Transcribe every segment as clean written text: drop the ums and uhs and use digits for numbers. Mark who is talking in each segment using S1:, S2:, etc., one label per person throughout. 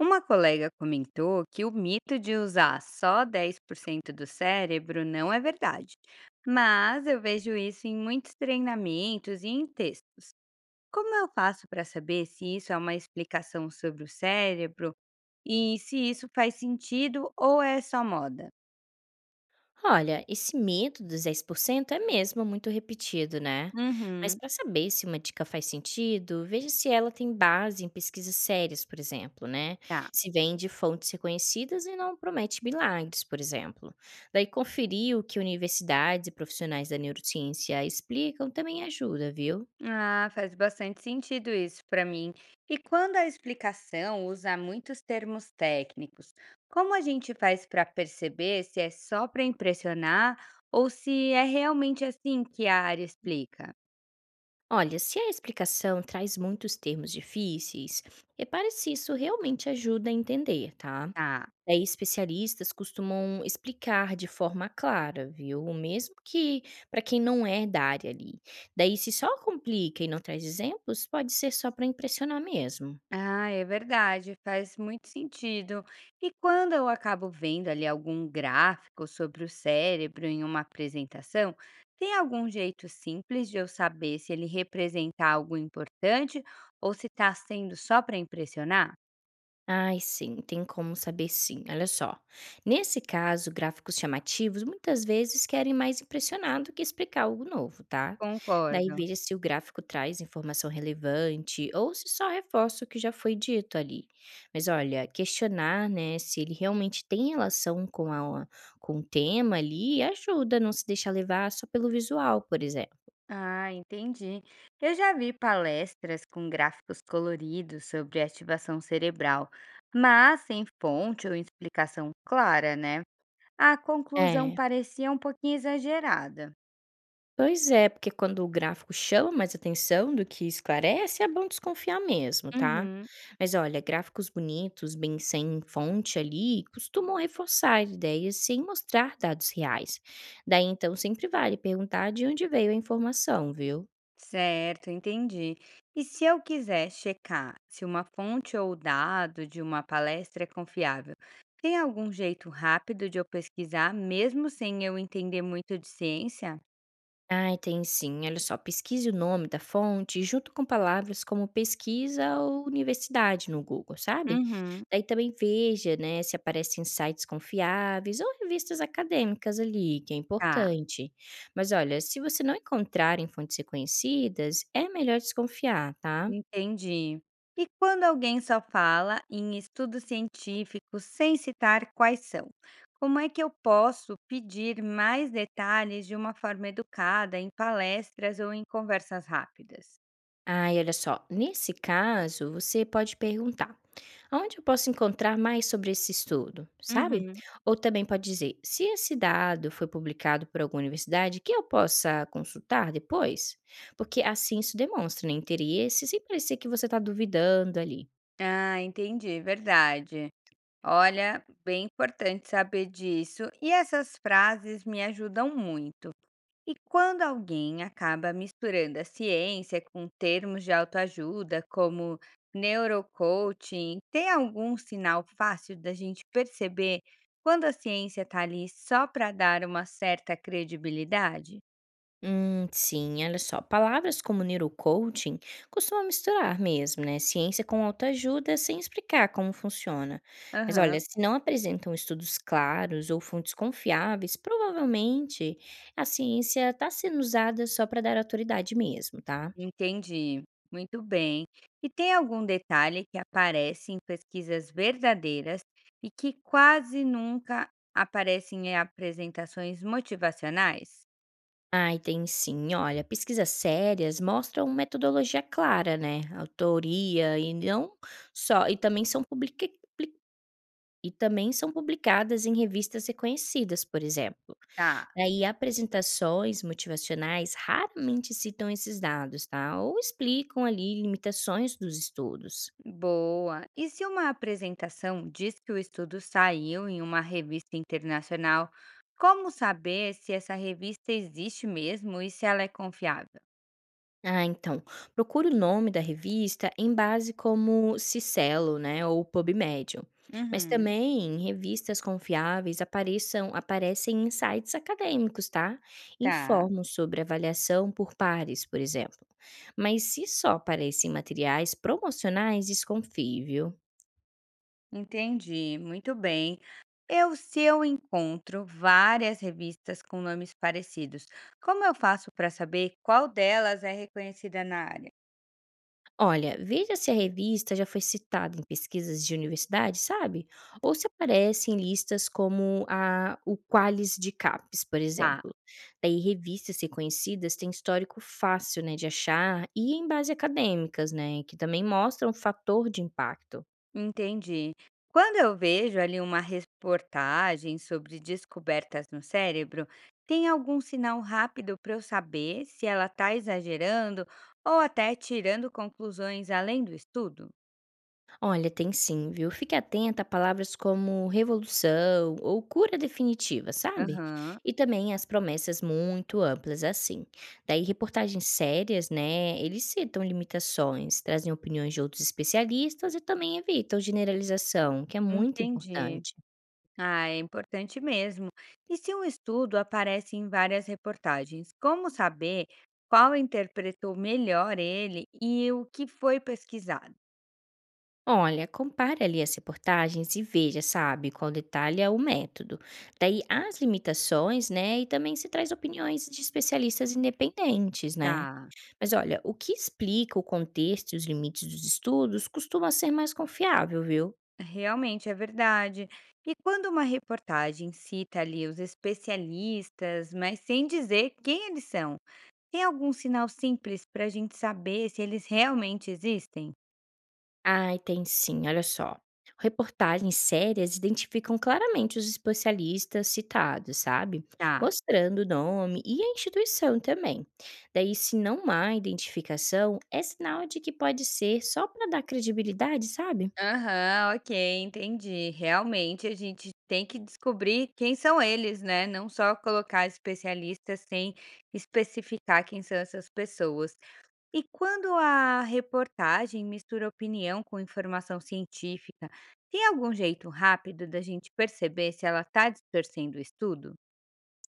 S1: Uma colega comentou que o mito de usar só 10% do cérebro não é verdade, mas eu vejo isso em muitos treinamentos e em textos. Como eu faço para saber se isso é uma explicação sobre o cérebro e se isso faz sentido ou é só moda?
S2: Olha, esse medo dos 10% é mesmo muito repetido, né? Mas
S1: Uhum.
S2: para saber se uma dica faz sentido, veja se ela tem base em pesquisas sérias, por exemplo, né?
S1: Tá.
S2: Se vem de fontes reconhecidas e não promete milagres, por exemplo. Daí, conferir o que universidades e profissionais da neurociência explicam também ajuda, viu?
S1: Ah, faz bastante sentido isso para mim. E quando a explicação usa muitos termos técnicos, como a gente faz para perceber se é só para impressionar ou se é realmente assim que a área explica?
S2: Olha, se a explicação traz muitos termos difíceis, repare se isso realmente ajuda a entender, tá?
S1: Ah.
S2: Daí especialistas costumam explicar de forma clara, viu? Mesmo que para quem não é da área ali. Daí, se só complica e não traz exemplos, pode ser só para impressionar mesmo.
S1: Ah, é verdade, faz muito sentido. E quando eu acabo vendo ali algum gráfico sobre o cérebro em uma apresentação, tem algum jeito simples de eu saber se ele representa algo importante ou se está sendo só para impressionar?
S2: Ai, sim, tem como saber sim. Olha só. Nesse caso, gráficos chamativos muitas vezes querem mais impressionar do que explicar algo novo, tá? Daí
S1: Concordo.
S2: veja se o gráfico traz informação relevante ou se só reforça o que já foi dito ali. Mas olha, questionar, né, se ele realmente tem relação com o tema ali ajuda a não se deixar levar só pelo visual, por exemplo.
S1: Ah, entendi. Eu já vi palestras com gráficos coloridos sobre ativação cerebral, mas sem fonte ou explicação clara, né? A conclusão
S2: É.
S1: parecia um pouquinho exagerada.
S2: Pois é, porque quando o gráfico chama mais atenção do que esclarece, é bom desconfiar mesmo, tá?
S1: Uhum,
S2: Mas olha, gráficos bonitos, bem sem fonte ali, costumam reforçar ideias sem mostrar dados reais. Daí então sempre vale perguntar de onde veio a informação, viu?
S1: certo, entendi. E se eu quiser checar se uma fonte ou dado de uma palestra é confiável, tem algum jeito rápido de eu pesquisar, mesmo sem eu entender muito de ciência?
S2: Ai, tem sim. Olha só, pesquise o nome da fonte junto com palavras como pesquisa ou universidade no Google, sabe?
S1: Uhum,
S2: Daí também veja, né, se aparecem sites confiáveis ou revistas acadêmicas ali, que é
S1: tá.
S2: importante. Mas olha, se você não encontrar em fontes reconhecidas, é melhor desconfiar, tá?
S1: Entendi. E quando alguém só fala em estudos científicos sem citar quais são, como é que eu posso pedir mais detalhes de uma forma educada em palestras ou em conversas rápidas?
S2: Ai, olha só, nesse caso, você pode perguntar. Onde eu posso encontrar mais sobre esse estudo, sabe?
S1: Uhum.
S2: Ou também pode dizer, se esse dado foi publicado por alguma universidade, que eu possa consultar depois? Porque assim isso demonstra, né, interesse, sem parecer que você está duvidando ali.
S1: Ah, entendi, verdade. Olha, bem importante saber disso, e essas frases me ajudam muito. E quando alguém acaba misturando a ciência com termos de autoajuda, como neurocoaching, tem algum sinal fácil da gente perceber quando a ciência está ali só para dar uma certa credibilidade?
S2: Sim, olha só. Palavras como neurocoaching costumam misturar mesmo, né? Ciência com autoajuda sem explicar como funciona. Mas olha,
S1: Aham,
S2: se não apresentam estudos claros ou fontes confiáveis, provavelmente a ciência está sendo usada só para dar autoridade mesmo, tá?
S1: entendi. Muito bem. E tem algum detalhe que aparece em pesquisas verdadeiras e que quase nunca aparece em apresentações motivacionais?
S2: Ai, tem sim. Olha, pesquisas sérias mostram metodologia clara, né? Autoria e não só e também são pli- e também são publicadas em revistas reconhecidas, por exemplo.
S1: Tá.
S2: Daí apresentações motivacionais raramente citam esses dados, tá? Ou explicam ali limitações dos estudos.
S1: Boa! E se uma apresentação diz que o estudo saiu em uma revista internacional, como saber se essa revista existe mesmo e se ela é confiável?
S2: Ah, então, procure o nome da revista em base como Cicelo, né, ou PubMed. Mas
S1: Uhum.
S2: também em revistas confiáveis aparecem insights acadêmicos, tá?
S1: Tá,
S2: Informam sobre avaliação por pares, por exemplo. Mas se só aparecem materiais promocionais, desconfie, viu?
S1: entendi. Muito bem. Eu, se eu encontro várias revistas com nomes parecidos, como eu faço para saber qual delas é reconhecida na área?
S2: Olha, veja se a revista já foi citada em pesquisas de universidade, sabe? Ou se aparece em listas como o Qualis de Capes, por
S1: Tá.
S2: exemplo. Daí, revistas reconhecidas têm histórico fácil, né, de achar e em base acadêmicas, né? Que também mostram fator de impacto.
S1: Entendi. Quando eu vejo ali uma reportagem sobre descobertas no cérebro, tem algum sinal rápido para eu saber se ela está exagerando ou até tirando conclusões além do estudo?
S2: Olha, tem sim, viu? Fique atenta a palavras como revolução ou cura definitiva, sabe?
S1: Aham,
S2: E também as promessas muito amplas assim. Daí reportagens sérias, né? Eles citam limitações, trazem opiniões de outros especialistas e também evitam generalização, que é muito
S1: entendi.
S2: importante.
S1: Ah, é importante mesmo. E se um estudo aparece em várias reportagens, como saber qual interpretou melhor ele e o que foi pesquisado?
S2: Olha, compare ali as reportagens e veja, sabe, qual detalha o método. Daí as limitações, né? E também se traz opiniões de especialistas independentes, né?
S1: Tá.
S2: Mas olha, o que explica o contexto e os limites dos estudos costuma ser mais confiável, viu?
S1: Realmente, é verdade. E quando uma reportagem cita ali os especialistas, mas sem dizer quem eles são, tem algum sinal simples para a gente saber se eles realmente existem?
S2: Ai, tem sim, olha só. Reportagens sérias identificam claramente os especialistas citados, sabe?
S1: Tá.
S2: Mostrando o nome e a instituição também. Daí, se não há identificação, é sinal de que pode ser só para dar credibilidade, sabe?
S1: Aham, ok, entendi. Realmente a gente tem que descobrir quem são eles, né? Não só colocar especialistas sem especificar quem são essas pessoas. E quando a reportagem mistura opinião com informação científica, tem algum jeito rápido da gente perceber se ela está distorcendo o estudo?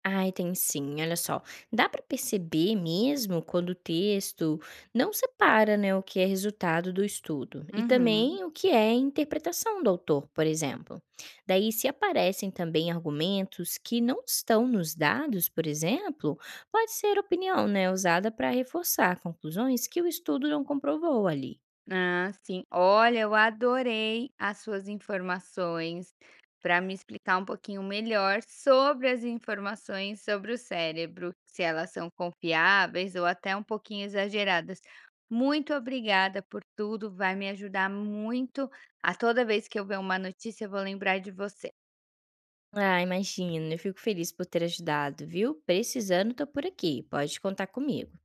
S2: Ai, tem sim, olha só. Dá para perceber mesmo quando o texto não separa, né, o que é resultado do estudo e
S1: Uhum.
S2: também o que é interpretação do autor, por exemplo. Daí, se aparecem também argumentos que não estão nos dados, por exemplo, pode ser opinião, né, usada para reforçar conclusões que o estudo não comprovou ali.
S1: Ah, sim. Olha, eu adorei as suas informações para me explicar um pouquinho melhor sobre as informações sobre o cérebro, se elas são confiáveis ou até um pouquinho exageradas. Muito obrigada por tudo, vai me ajudar muito. A toda vez que eu ver uma notícia, eu vou lembrar de você.
S2: Ah, imagina, eu fico feliz por ter ajudado, viu? Precisando, tô por aqui, pode contar comigo.